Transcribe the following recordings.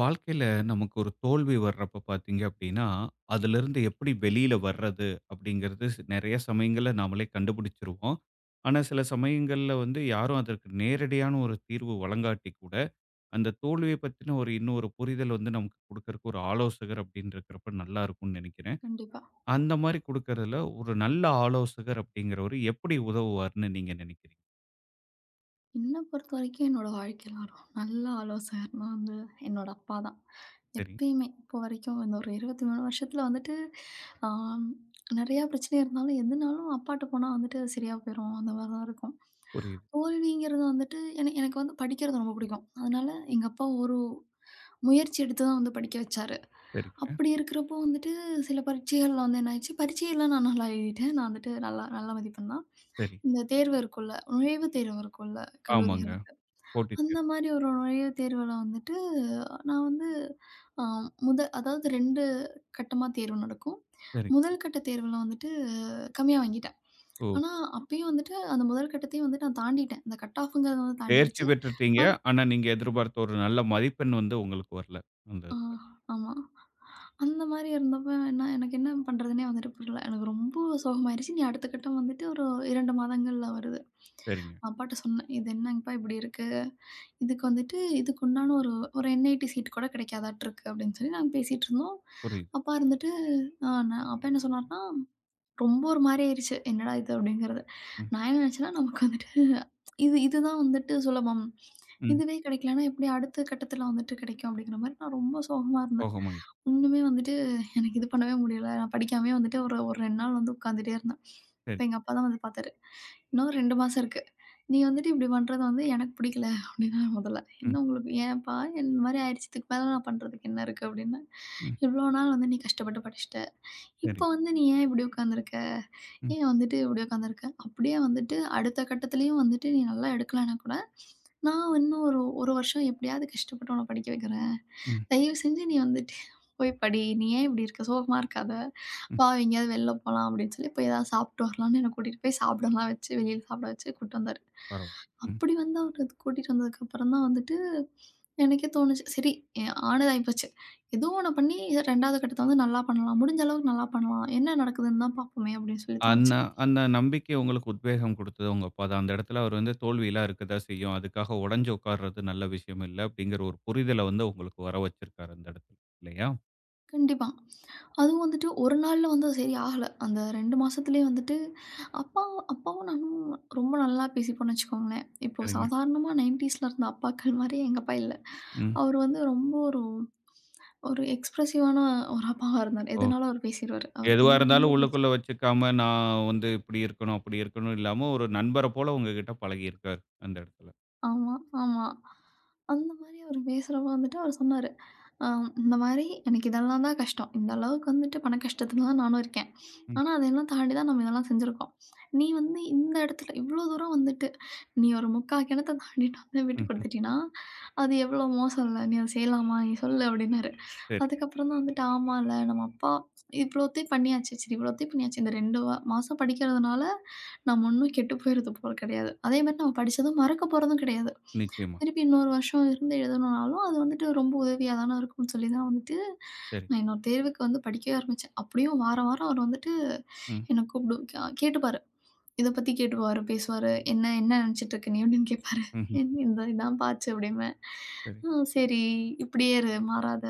வாழ்க்கையில நமக்கு ஒரு தோல்வி வர்றப்ப பார்த்தீங்க அப்படின்னா, அதிலிருந்து எப்படி வெளியில வர்றது அப்படிங்கிறது நெறைய சமயங்கள்ல நாமளே கண்டுபிடிச்சுருவோம். ஆனா, சில சமயங்கள்ல வந்து யாரும் அதற்கு நேரடியான ஒரு தீர்வு வழங்காட்டி கூட, அந்த தோல்விய பத்தின ஒரு இன்னொரு புரிதல் வந்து நமக்கு குடுக்கறக்கு ஒரு ஆலோசகர் அப்படின்னு இருக்கிறப்ப நல்லா இருக்கும்னு நெனைக்கிறேன். கண்டிப்பா. அந்த மாரி குடுக்கறதுல ஒரு நல்ல ஆலோசகர் அப்படிங்கிறவரு எப்படி உதவுவார்ன்னு நீங்க நெனைக்கிறீங்க? என்ன பொறுத்தவரைக்கும் என்னோட வாழ்க்கையில ஒரு நல்ல ஆலோசகர்னா வந்து என்னோட அப்பா தான். சரி, எப்பயுமே இப்போ வரைக்கும் இந்த ஒரு 23 வருஷத்துல வந்துட்டு, ஆம் நெறையா பிரச்சனை இருந்தாலும், எதுனாலும் அப்பாட்ட போனா வந்துட்டு அது சரியா போயிரும். அந்த மாரி தான் இருக்கும். புரியுது. தோல்விங்கிறது வந்துட்டு என எனக்கு வந்து படிக்கிறது ரொம்ப பிடிக்கும். அதனால எங்க அப்பா ஒரு முயற்சி எடுத்து தான் வந்து படிக்க வச்சாரு. சரிங்க. அப்படி இருக்கிறப்போ வந்துட்டு சில பரீட்சைகள்ல வந்து என்ன ஆயிடுச்சு, பரீட்சையெல்லாம் நான் நல்லா எழுதிட்டேன். நான் வந்துட்டு நல்லா நல்ல மதிப்பெண் தான். சரி. இந்த தேர்வு இருக்குல்ல, நுழைவுத் தேர்வு இருக்குல்ல ஆமாங்க. கல்லூரிகளுக்கு. போட்டித் அந்த தேர்வு. மாரி ஒரு நுழைவுத் தேர்வுல வந்துட்டு நான் வந்து அ முத அதாவது 2 கட்டமா தேர்வு நடக்கும். சரி. முதல் கட்ட தேர்வுல வந்துட்டு கம்மியா வாங்கிட்டேன். ஓ! ஆனா, அப்பயும் வந்துட்டு அந்த முதல் கட்டத்தையும் வந்துட்டு நான் தாண்டிட்டேன். அந்த கட் ஆஃப்ங்கிறது வந்து தேர்ச்சி தாண்டிருச்சு. பெற்றுட்டீங்க. ஆனா ஆனா, நீங்க எதிர்பார்த்த ஒரு நல்ல மதிப்பெண் வந்து உங்களுக்கு வரல. அந்த ஆ இதுல. ஆமா. அந்த மாரி இருந்தப்ப என்ன எனக்கு என்ன பண்றதுன்னே வந்துட்டு புரியல. எனக்கு ரொம்ப சோகமாயிருச்சு. இனி அடுத்த கட்டம் வந்துட்டு ஒரு 2 மாதங்கள்ல வருது. சரிங்க. அப்பாட்ட சொன்னேன். "இது என்னங்கப்பா இப்படி இருக்கு?" இதுக்கு வந்துட்டு இதுக்கு உண்டான ஒரு ஒரு என்ஐடி சீட் கூட கிடைக்காதாட்டு இருக்கு அப்படின்னு சொல்லி நாங்க பேசிட்டு இருந்தோம். புரியுது. அப்பா இருந்துட்டு, நான் அப்பா என்ன சொன்னார்ன்னா, ரொம்ப ஒரு மாரி ஆயிருச்சு. என்னடா இது அப்படிங்கிறது. ம், நான் என்ன நினச்சேன்னா, நமக்கு வந்துட்டு இது இதுதான் வந்துட்டு சுலபம். ம். இதுவே கிடைக்கலன்னா எப்படி அடுத்த கட்டத்தில வந்துட்டு கிடைக்கும் அப்படிங்கிற மாரி நான் ரொம்ப சோகமா இருந்தேன். சோகமாயிட்டு. ஒண்ணுமே வந்துட்டு எனக்கு இது பண்ணவே முடியல. நான் படிக்காமயே வந்துட்டு ஒரு ஒரு 2 நாள் வந்து உட்காந்துட்டே இருந்தேன். சரி. அப்ப எங்க அப்பா தான் வந்து பார்த்தாரு. "இன்னும் 2 மாசம் இருக்கு. நீ வந்துட்டு இப்படி பண்றது வந்து எனக்கு பிடிக்கல" அப்படின்னாரு முதல்ல. "என்ன ம், உங்களுக்கு ஏன்ப்பா இந்த மாரி ஆயிடுச்சு. இதுக்கு மேல நான் பண்றதுக்கு என்ன இருக்கு?" அப்படின்னேன். ம். "இவ்வளோ நாள் வந்து நீ கஷ்டப்பட்டு படிச்சுட்ட. சரி. இப்போ வந்து நீ ஏன் இப்படி உட்காந்துருக்க? ம், ஏன் வந்துட்டு இப்படி உட்காந்துருக்க? அப்படியே வந்துட்டு அடுத்த கட்டத்துலயும் வந்துட்டு நீ நல்லா எடுக்கலன்னா கூட, நான் இன்னும் ஒரு 1 வருஷம் எப்படியாவது கஷ்டப்பட்டு உன்ன படிக்க வைக்கிறேன். ம், தயவு செஞ்சு நீ வந்துட்டு போய் படி. நீ ஏன் இப்படி இருக்க? சோகமா இருக்காத. ம். வா எங்கேயாவது வெளில போலாம் அப்படின்னு சொல்லி போய் ஏதாவது சாப்பிட்டு வரலான்னு என்ன கூட்டிட்டு போய் சாப்பிடலாம் வச்சு, வெளியில சாப்பிட வச்சு கூட்டிட்டு வந்தாரு. பரவால்ல. ம். அப்படி வந்து அவரு கூட்டிட்டு வந்ததுக்கப்புறம் தான் வந்துட்டு, எனக்கே தோணுச்சு, சரி ஆனது ஆயி போச்சு. ஏதோ ஒண்ண பண்ணி 2வது கட்டத்த வந்து நல்லா பண்ணலாம். முடிஞ்ச அளவுக்கு நல்லா பண்ணலாம். என்ன நடக்குதுன்னு தான் பார்ப்போமே அப்படின்னு சொல்லி தோணுச்சு. அந்த அந்த நம்பிக்கை உங்களுக்கு உத்வேகம் குடுத்தது உங்க அப்பா தான். அந்த இடத்துல அவர் வந்து தோல்விலாம் இருக்கதா செய்யும். அதுக்காக உடைஞ்சு உட்கார்றது நல்ல விஷயம் இல்ல. அப்படிங்கிற ஒரு புரிதல வந்து உங்களுக்கு வர வச்சிருக்காரு அந்த இடத்துல. இல்லையா? கண்டிப்பா. அதுவும் வந்துட்டு ஒரு நாள்ல வந்து அது சரி ஆகல. அந்த 2 மாசத்துலயே வந்துட்டு அப்பா அப்பாவும் நானும் ரொம்ப நல்லா பேசிப்போம்னு வச்சுக்கோங்களேன். இப்போ சரிங்க. சாதாரணமா 90ஸ்ல இருந்த அப்பாக்கள் மாரி எங்க அப்பா இல்ல. ம். அவரு வந்து ரொம்ப ஒரு ஒரு எக்ஸ்பிரசிவான ஒரு அப்பாவா இருந்தாரு. ஓ. எதுனாலும் அவரு பேசிருவாரு. அவருக்கு எதுவா எந்த இருந்தாலும் உள்ளுக்குள்ள வச்சுக்காம, நான் வந்து இப்படி இருக்கணும், அப்படி இருக்கணும் இல்லாம ஒரு நண்பர போல உங்ககிட்ட பழகியிருக்காரு அந்த இடத்துல. ஆமா, ஆமா. அந்த மாரி அவரு பேசுறப்ப வந்துட்டு அவரு சொன்னாரு. அ இந்த மாரி எனக்கு இதெல்லாம் தான் கஷ்டம். இந்த அளவுக்கு வந்துட்டு பண கஷ்டத்துல தான் நானும் இருக்கேன். ம். ஆனா அதெல்லாம் தாண்டி தான் நம்ம இதெல்லாம் செஞ்சிருக்கோம். நீ வந்து இந்த இடத்துல இவ்ளோ தூரம் வந்துட்டு, நீ ஒரு 3/4 கிணத்த தாண்டிட்டு வந்து விட்டு ம்ஹ்ம். குடுத்துட்டீன்னா, அது எவ்ளோ மோசம் இல்ல. நீ அத செய்யலாமா? நீ சொல்லு அப்டின்னாரு. சரி. அதுக்கப்புறம் தான் வந்துட்டு ஆமால்ல நம்ம அப்பா இவ்ளோத்தையும் பண்ணியாச்சு. சரி இவ்ளோத்தையும் பண்ணியாச்சு. இந்த 2வது மாசம் படிக்கிறதுனால நம்ம ஒண்ணும் கெட்டு போயிறது போல கிடையாது. அதே மாரி நம்ம படிச்சதும் மறக்க போறதும் கிடையாது. நிச்சயமா. திருப்பி இன்னொரு வருஷம் இருந்து எழுதணும்னாலும், அது வந்துட்டு ரொம்ப உதவியா தானே இருக்கும்ன்னு சொல்லி தான் வந்துட்டு, சரி. நான் இன்னொரு தேர்வுக்கு வந்து படிக்கவே ஆரம்பிச்சேன். அப்படியும் வாரம் வாரம் அவர் வந்துட்டு ம். என்ன கூப்பிடு கேட்டுப்பாரு. இத பத்தி கேட்டுப்பாரு, பேசுவாரு. "என்ன என்ன நெனச்சுட்டு இருக்க நீ?" அப்படின்னு கேட்பாரு. ம்ஹ்ம். "என் இந்த இதான்ப்பா ஆச்சு" அப்படிம்பேன். சரி. சரி இப்படியே இரு, மாறாத.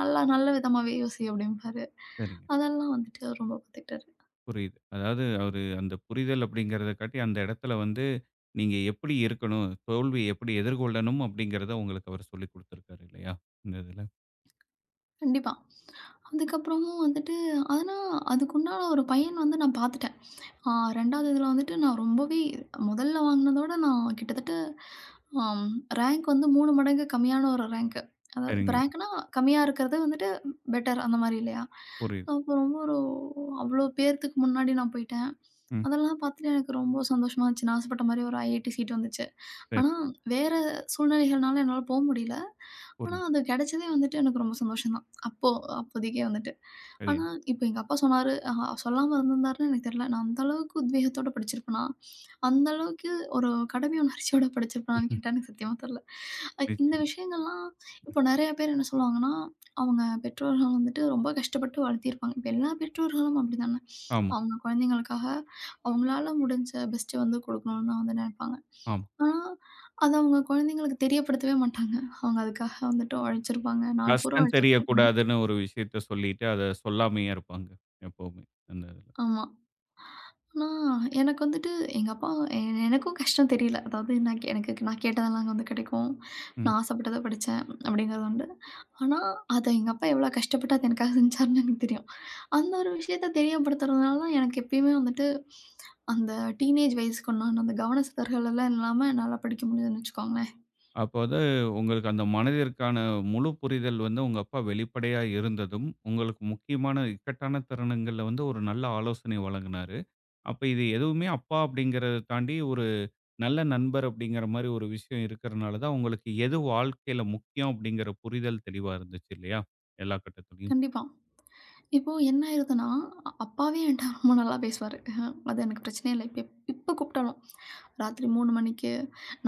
நல்லா நல்ல விதமாவே யோசி" அப்படிம்பாரு. சரிங்க. அதெல்லாம் வந்துட்டு அவர் ரொம்ப பாத்துக்கிட்டாரு. புரியுது. அதாவது அவரு அந்த புரிதல் அப்படிங்கிறத காட்டி, அந்த இடத்துல வந்து நீங்க எப்படி இருக்கணும்? தோல்விய எப்படி எதிர்கொள்ளணும்? அப்படிங்கிறத உங்களுக்கு அவரு சொல்லிக் குடுத்துருக்காரு இல்லையா? இந்த இதுல. கண்டிப்பா. அதுக்கப்புறமும் வந்துட்டு ஆனா, அதுக்குண்டான ஒரு பையன் வந்து நான் பார்த்துட்டேன். ஆ 2வது இதில வந்துட்டு நான் ரொம்பவே முதல்ல வாங்கினதோட நான் கிட்டத்தட்ட ஆம். ரேங்க் வந்து 3 மடங்கு கம்மியான ஒரு ரேங்க்கு. அதாவது இப்ப சரிங்க. ரேங்க்னா கம்மியா இருக்கிறது வந்துட்டு பெட்டர் அந்த மாரி இல்லையா? புரியுது. அப்போ ரொம்ப ஒரு அவ்ளோ பேத்துக்கு முன்னாடி நான் போயிட்டேன். ம். அதெல்லாம் பார்த்துட்டு எனக்கு ரொம்ப சந்தோஷமா இருந்துச்சு. நான் ஆசைப்பட்ட மாரி ஒரு ஐஐடி சீட் வந்துச்சு. சரி. ஆனா வேற சூழ்நிலைகள்னால என்னால போ முடியல. ஆனா புரியுது. அது கிடைச்சதே வந்துட்டு எனக்கு ரொம்ப சந்தோஷம் தான். அப்போ அப்போதைக்கே வந்துட்டு. சரியா. ஆனா இப்ப எங்க அப்பா சொன்னாரு, சொல்லாம இருந்திருந்தாருன்னு எனக்கு தெரியல. நான் அந்த அளவுக்கு உத்வேகத்தோட படிச்சிருப்பேனா? அந்த அளவுக்கு ஒரு கடமை உணர்ச்சியோட படிச்சிருப்பானான்னு கேட்டா, எனக்கு சத்தியமா தெரியல. இந்த நிச்சயமா. விஷயங்கள்லாம் இப்போ நெறைய பேர் என்ன சொல்லுவாங்கன்னா, அவங்க பெற்றோர்கள் வந்துட்டு ரொம்ப கஷ்டப்பட்டு வளர்த்திருப்பாங்க. இப்ப எல்லா பெற்றோர்களும் அப்படிதானே. ஆமா, அவங்க குழந்தைங்களுக்காக அவங்களால முடிஞ்ச பெஸ்ட்ட வந்து குடுக்கணும்னு தான் வந்து நெனைப்பாங்க. ஆமா. ஆனா, அத அவங்க குழந்தைங்களுக்கு தெரியப்படுத்தவே மாட்டாங்க. அவங்க அதுக்காக வந்துட்டு உழைச்சிருப்பாங்க. நாள் பூரா கஷ்டம் உழைச்சிருப்பாங்க. தெரியக்கூடாதுன்னு ஒரு விஷயத்த சொல்லிட்டு, அத சொல்லாமயே இருப்பாங்க எப்பவுமே. அந்த இதுல. ஆமா. ஆனா, எனக்கு வந்துட்டு எங்க அப்பா எ எனக்கும் கஷ்டம் தெரியல. அதாவது நான் எனக்கு நான் கேட்டதெல்லாம் அங்க வந்து கிடைக்கும். ம். நான் ஆசைப்பட்டத படிச்சேன் அப்படிங்கிறது உண்டு. ஆனா, அத எங்க அப்பா எவ்வளோ கஷ்டப்பட்டு அது எனக்காக செஞ்சாருன்னு எனக்கு தெரியும். அந்த ஒரு விஷயத்த தெரியப்படுத்துறதுனால தான் எனக்கு எப்பயுமே வந்துட்டு அந்த டீனேஜ் வயசுக்கு உண்டான அந்த கவன சிதறல் எல்லாம் இல்லாம என்னால படிக்க முடியுதுன்னு வச்சுக்கோங்களேன். அப்ப வந்து உங்களுக்கு அந்த மனதிற்கான முழு புரிதல் வந்து உங்க அப்பா வெளிப்படையா இருந்ததும், உங்களுக்கு முக்கியமான இக்கட்டான தருணங்கள்ல வந்து ஒரு நல்ல ஆலோசனை வழங்குனாரு. அப்ப இது எதுவுமே அப்பா அப்படிங்கிறத தாண்டி ஒரு நல்ல நண்பர் அப்படிங்கிற மாரி ஒரு விஷயம் இருக்கிறனால தான் உங்களுக்கு எது வாழ்க்கையில முக்கியம் அப்படிங்கிற புரிதல் தெளிவா இருந்துச்சு இல்லையா? எல்லா கட்டத்துலயும். கண்டிப்பா. இப்போ என்ன ஆயிருதுன்னா, அப்பாவே என்ட்ட ரொம்ப நல்லா பேசுவாரு. அது எனக்கு பிரச்சனையே இல்ல. இப்ப எப்ப கூப்பிட்டாலும், ராத்திரி 3 மணிக்கு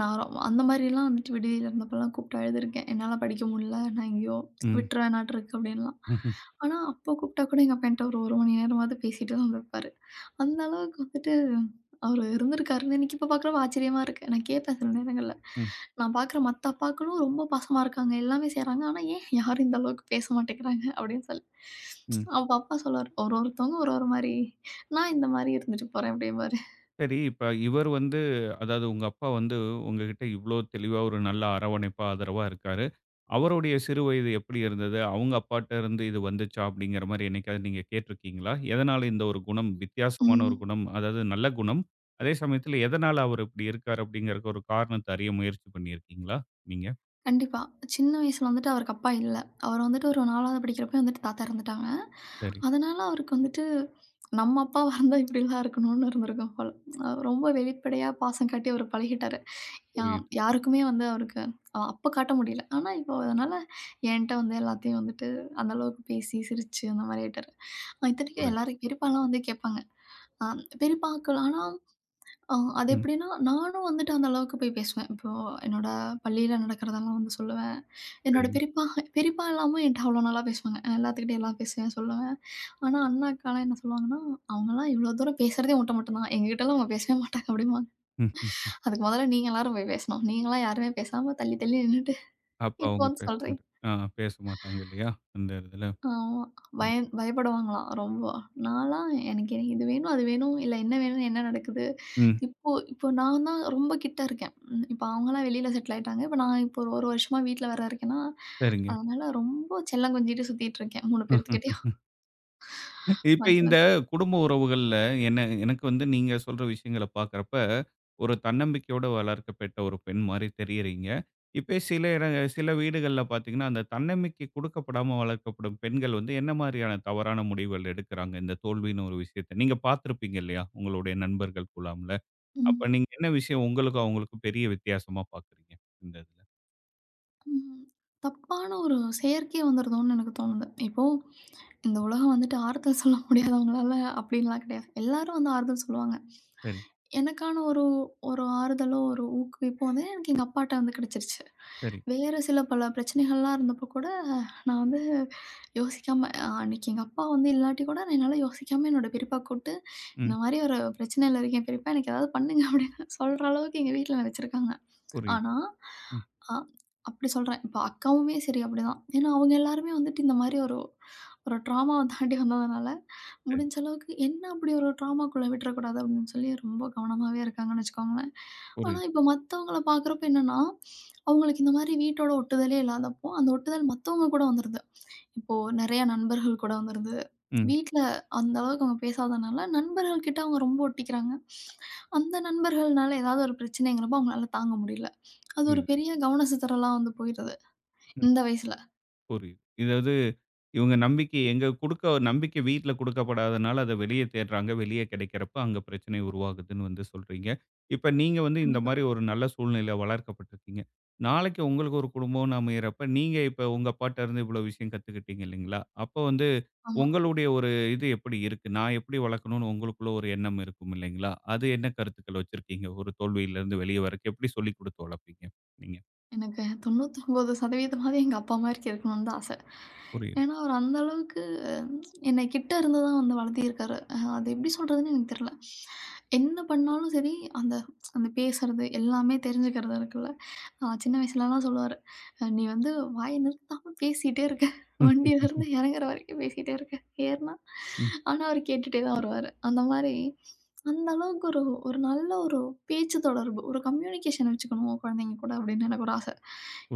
நான் அந்த மாதிரிலாம் வந்துட்டு விடுதியில இருந்தப்பலாம் கூப்பிட்டு அழுதுருக்கேன். என்னால படிக்க முடியல, நான் எங்கேயோ ம். விட்டுற வேணாட்டிருக்கு அப்படின்லாம். ம்ஹ்ம். ஆனா, அப்போ கூப்பிட்டா கூட எங்க அப்பா என்ட்ட ஒரு 1 மணி நேரமாவது பேசிட்டு தான் வந்திருப்பாரு. அந்த அளவுக்கு வந்துட்டு அவரு இருந்திருக்காருன்னு எனக்கு இப்ப பார்க்குறப்ப ஆச்சரியமா இருக்கு. நான் கேட்பேன் சில நேரங்கள்ல. ம். நான் பார்க்குற மத்த அப்பாக்களும் ரொம்ப பாசமா இருக்காங்க. எல்லாமே செய்றாங்க. ஆனா ஏன் யாரும் இந்த அளவுக்கு பேச மாட்டேங்கிறாங்க அப்படின்னு சொல்லி. ம். அப்ப அப்பா சொல்லுவாரு, ஒரு ஒருத்தவங்க ஒரு ஒரு மாரி, நான் இந்த மாரி இருந்துட்டு போறேன் அப்படிம்பாரு. சரி, இப்ப இவர் வந்து அதாவது உங்க அப்பா வந்து உங்ககிட்ட இவ்ளோ தெளிவா ஒரு நல்ல அரவணைப்பா, ஆதரவா இருக்காரு. அவருடைய சிறு வயது எப்படி இருந்தது? அவங்க அப்பாட்ட இருந்து இது வந்துச்சா? அப்படிங்கிற மாரி என்னைக்காவது நீங்க கேட்டிருக்கீங்களா? எதனால இந்த ஒரு குணம் வித்தியாசமான ஒரு ம். குணம், அதாவது நல்ல குணம். அதே சமயத்துல எதனால அவர் இப்படி இருக்காரு? அப்படிங்கறக்கு ஒரு காரணத்த அறிய முயற்சி பண்ணியிருக்கீங்களா நீங்க? கண்டிப்பா. சின்ன வயசுல வந்துட்டு அவருக்கு அப்பா இல்ல. அவர் வந்துட்டு ஒரு 4வது படிக்கிறப்பயே வந்துட்டு தாத்தா இறந்துட்டாங்க. சரி. அதனால அவருக்கு வந்துட்டு, நம்ம அப்பாவா இருந்தா இப்படிலாம் இருக்கணும்னு இருந்திருக்கும் போல. ரொம்ப வெளிப்படையா பாசம் காட்டி அவரு பழகிட்டாரு. யா புரியுது, யாருக்குமே வந்து அவருக்கு அப்ப காட்ட முடியல. ஆனா இப்போ அதனால என்ட்ட வந்து எல்லாத்தையும் வந்துட்டு அந்த அளவுக்கு பேசி, சிரிச்சு அந்த மாரி ஆயிட்டாரு. இத்தனைக்கும் புரியுது. எல்லாரும் பெரியப்பாலாம் வந்து கேட்பாங்க. அ பெரியப்பாக்கள் ஆனா அது ம். எப்படின்னா, நானும் வந்துட்டு அந்த அளவுக்கு போய் பேசுவேன். இப்போ என்னோட பள்ளியில நடக்கிறதெல்லாம் வந்து சொல்லுவேன். என்னோட சரிங்க. பெரியப்பா பெரியப்பா எல்லாமும் என்ட்ட அவ்வளோ நல்லா பேசுவாங்க. எல்லாத்துக்கிட்டயும் எல்லாம் பேசுவேன், சொல்லுவேன். ஆனா அண்ணா, அக்காலாம் என்ன சொல்லுவாங்கன்னா, "அவங்கலாம் இவ்வளோ தூரம் பேசுறதே உன்ட்ட மட்டும் தான். எங்ககிட்டலாம் அவங்க பேசவே மாட்டாங்க" அப்படிம்பாங்க. ம், ம். அதுக்கு முதல்ல நீங்க எல்லாரும் போய் பேசணும். நீங்கலாம் யாருமே பேசாம தள்ளி தள்ளி நின்னுட்டு அப்ப இப்போ அவங்க வந்து பேச மாட்டாங்க. சொல்றீங்க. ஆ பேச மாட்டாங்க இல்லையா? அந்த இதுல. ஆமா. பயப்படுவாங்களாம் ரொம்ப. நான்லாம் எனக்கு எனக்கு இது வேணும், அது வேணும், இல்ல என்ன வேணும், என்ன நடக்குது? ம். இப்போ இப்போ நான் தான் ரொம்ப கிட்ட இருக்கேன். ம். இப்போ அவங்கலாம் வெளியில செட்டில் ஆயிட்டாங்க. இப்போ நான் இப்போ ஒரு 1 வருஷமா வீட்ல வேற இருக்கேன்னா, சரிங்க. அதனால ரொம்ப செல்லம் கொஞ்சிட்டு சுத்திட்டு இருக்கேன். 3 அ. பேர்த்துக்கிட்டயும் இப்ப மாத்தி இந்த மாத்தி. குடும்ப உறவுகள்ல, என்ன எனக்கு வந்து நீங்க சொல்ற விஷயங்கள பார்க்கிறப்ப, ஒரு தன்னம்பிக்கையோட வளர்க்கப்பட்ட ஒரு பெண் மாரி தெரியிறீங்க. இப்ப சில வீடுகள்ல பார்த்தீங்கன்னா, அந்த தன்னம்பிக்கை குடுக்கப்படாம வளர்க்கப்படும் பெண்கள் வந்து என்ன மாரியான தவறான முடிவுகள் எடுக்குறாங்க? இந்த தோல்வின்னு ஒரு விஷயத்த நீங்க பார்த்திருப்பீங்க இல்லையா? உங்களுடைய நண்பர்கள் குழாம்ல. அப்ப ம். நீங்க என்ன விஷயம் உங்களுக்கும் அவங்களுக்கும் பெரிய வித்தியாசமா பார்க்குறீங்க? இந்த இதுல. ம். தப்பான ஒரு செயற்கை வந்துருதோன்னு எனக்கு தோணுது. இப்போ இந்த உலகம் வந்துட்டு ஆறுதல் சொல்ல முடியாதவங்களால அப்படின்லாம் கிடையாது. எல்லாரும் வந்து ஆறுதல் சொல்லுவாங்க. சரி, எனக்கான ஒரு ஒரு ஆறுதலோ, ஒரு ஊக்குவிப்போ வந்து எனக்கு எங்க அப்பாட்ட வந்து கிடைச்சிருச்சு. சரி. வேறு சில பல பிரச்சனைகள்லாம் இருந்தப்போ கூட, நான் வந்து யோசிக்காம அன்னைக்கு எங்க அப்பா வந்து இல்லாட்டி கூட நான் என்னால யோசிக்காம என்னோட பெரியப்பா கூப்பிட்டு, ம். "இந்த மாரி ஒரு பிரச்சனையில இருக்கேன் பெரியப்பா, எனக்கு ஏதாவது பண்ணுங்க" அப்படின்னு சொல்ற அளவுக்கு எங்க வீட்ல நான் வச்சிருக்காங்க. புரியுது. ஆனா, ம். அ அப்படி சொல்றேன். இப்ப அக்காவுமே சரி அப்படிதான். ஏன்னா, அவங்க எல்லாருமே வந்துட்டு இந்த மாரி ஒரு ஒரு ட்ராமாவ தாண்டி வந்ததுனால, சரி. முடிஞ்ச அளவுக்கு என்ன அப்படி ஒரு ட்ராமாக்குள்ள விட்டுறக்கூடாது அப்படின்னு சொல்லி ரொம்ப கவனமாவே இருக்காங்கன்னு வச்சுக்கோங்களேன். ஆனா, புரியுது. இப்ப மத்தவங்கள பார்க்குறப்ப என்னன்னா, அவங்களுக்கு இந்த மாரி வீட்டோட ஒட்டுதலே இல்லாதப்போ, அந்த ஒட்டுதல் மத்தவங்க கூட வந்துருது. இப்போ நெறைய நண்பர்கள் கூட வந்துருது. ம். வீட்ல அந்த அளவுக்கு அவங்க பேசாதனால, நண்பர்கள் கிட்ட அவங்க ரொம்ப ஒட்டிக்கிறாங்க. அந்த நண்பர்கள்னால ஏதாவது ஒரு பிரச்சனைங்கிறப்போ அவங்களால தாங்க முடியல. அது ஒரு புரியுது. ம். பெரிய கவன சிதறலா வந்து போயிருது. இந்த வயசுல. புரியுது. இதாவது இவங்க நம்பிக்கை எங்க குடுக்க நம்பிக்கை வீட்ல குடுக்கப்படாதனால அத வெளிய தேடுறாங்க. வெளிய கிடைக்கிறப்ப அங்க பிரச்சனை உருவாகுதுன்னு வந்து சொல்றீங்க. இப்ப நீங்க வந்து இந்த கண்டிப்பா. மாரி ஒரு நல்ல சூழ்நிலையில வளர்க்கப்பட்டுருக்கீங்க. நாளைக்கு உங்களுக்கு ஒரு குடும்பம்னு அமையறப்ப, நீங்க இப்ப உங்க அப்பாட்ட இருந்து இவ்வளோ விஷயம் கத்துக்கிட்டீங்க இல்லைங்களா? அப்போ வந்து ஆமா. உங்களுடைய ஒரு இது எப்படி இருக்கு? நான் எப்படி வளர்க்கணும்னு உங்களுக்குள்ள ஒரு எண்ணம் இருக்கும் இல்லைங்களா? அது என்ன கருத்துக்கள் வச்சிருக்கீங்க? ஒரு தோல்வியிலிருந்து வெளிய வரக்கு எப்படி சொல்லிக் குடுத்து வளர்ப்பீங்க? நீங்க எனக்கு 99% எங்க அப்பா மாரிக்கு இருக்கணும்னு தான் ஆசை. புரியுது. ஏன்னா, அவரு அந்த அளவுக்கு என்னை கிட்ட இருந்து தான் வந்து வளர்த்திருக்காரு. அது எப்படி சொல்றதுன்னு எனக்கு தெரியல. என்ன பண்ணாலும் சரி, அந்த அந்த பேசுறது எல்லாமே தெரிஞ்சுக்கிறது இருக்குல்ல. சின்ன வயசுலலாம் சொல்லுவாரு, "நீ வந்து வாய நிறுத்தாம பேசிட்டே இருக்க. வண்டியிலருந்து இறங்குற வரைக்கும் பேசிட்டே இருக்க. ஏறுனா" ஆனா அவரு கேட்டுட்டே தான் வருவாரு. அந்த மாரி அந்த அளவுக்கு ஒரு ஒரு நல்ல ஒரு பேச்சு தொடர்பு, ஒரு கம்யூனிகேஷன் வச்சுக்கணும் குழந்தைங்க கூட அப்படின்னு எனக்கு ஒரு ஆச.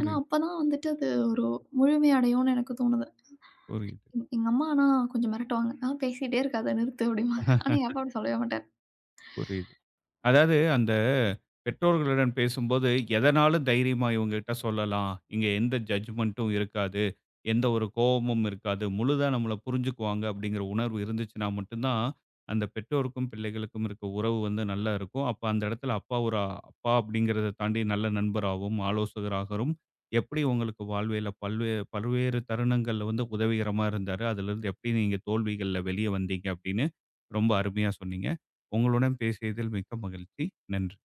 ஏன்னா, அப்பதான் வந்துட்டு அது ஒரு முழுமையடையும்னு எனக்கு தோணுது. புரியுது. எங்க அம்மா ஆனா கொஞ்சம் மிரட்டுவாங்க. "ஆ பேசிட்டே இருக்காத நிறுத்து" அப்படிம்பாங்க. ஆனா எங்க அப்பா அப்படி சொல்லவே மாட்டாங்க. புரியுது. அதாவது அந்த பெற்றோர்களுடன் பேசும்போது, எதனாலும் தைரியமா இவங்ககிட்ட சொல்லலாம். இங்க எந்த ஜட்ஜ்மென்ட்டும் இருக்காது. எந்த ஒரு கோவமும் இருக்காது. முழுதா நம்மள புரிஞ்சுக்குவாங்க அப்படிங்கிற உணர்வு இருந்துச்சுன்னா மட்டும் தான், அந்த பெற்றோருக்கும் பிள்ளைகளுக்கும் இருக்க உறவு வந்து நல்லா இருக்கும். அப்ப அந்த இடத்துல அப்பா ஒரு அப்பா அப்படிங்கிறத தாண்டி நல்ல நண்பராகவும், ஆலோசகராகவும் எப்படி உங்களுக்கு வாழ்வியல்ல பல்வேறு தருணங்கள்ல வந்து உதவிகரமா இருந்தாரு. அதிலிருந்து எப்படி நீங்க தோல்விகள்ல வெளிய வந்தீங்க அப்படின்னு ரொம்ப அருமையா சொன்னீங்க. உங்களுடன் பேசியதில் மிக்க மகிழ்ச்சி. நன்றி.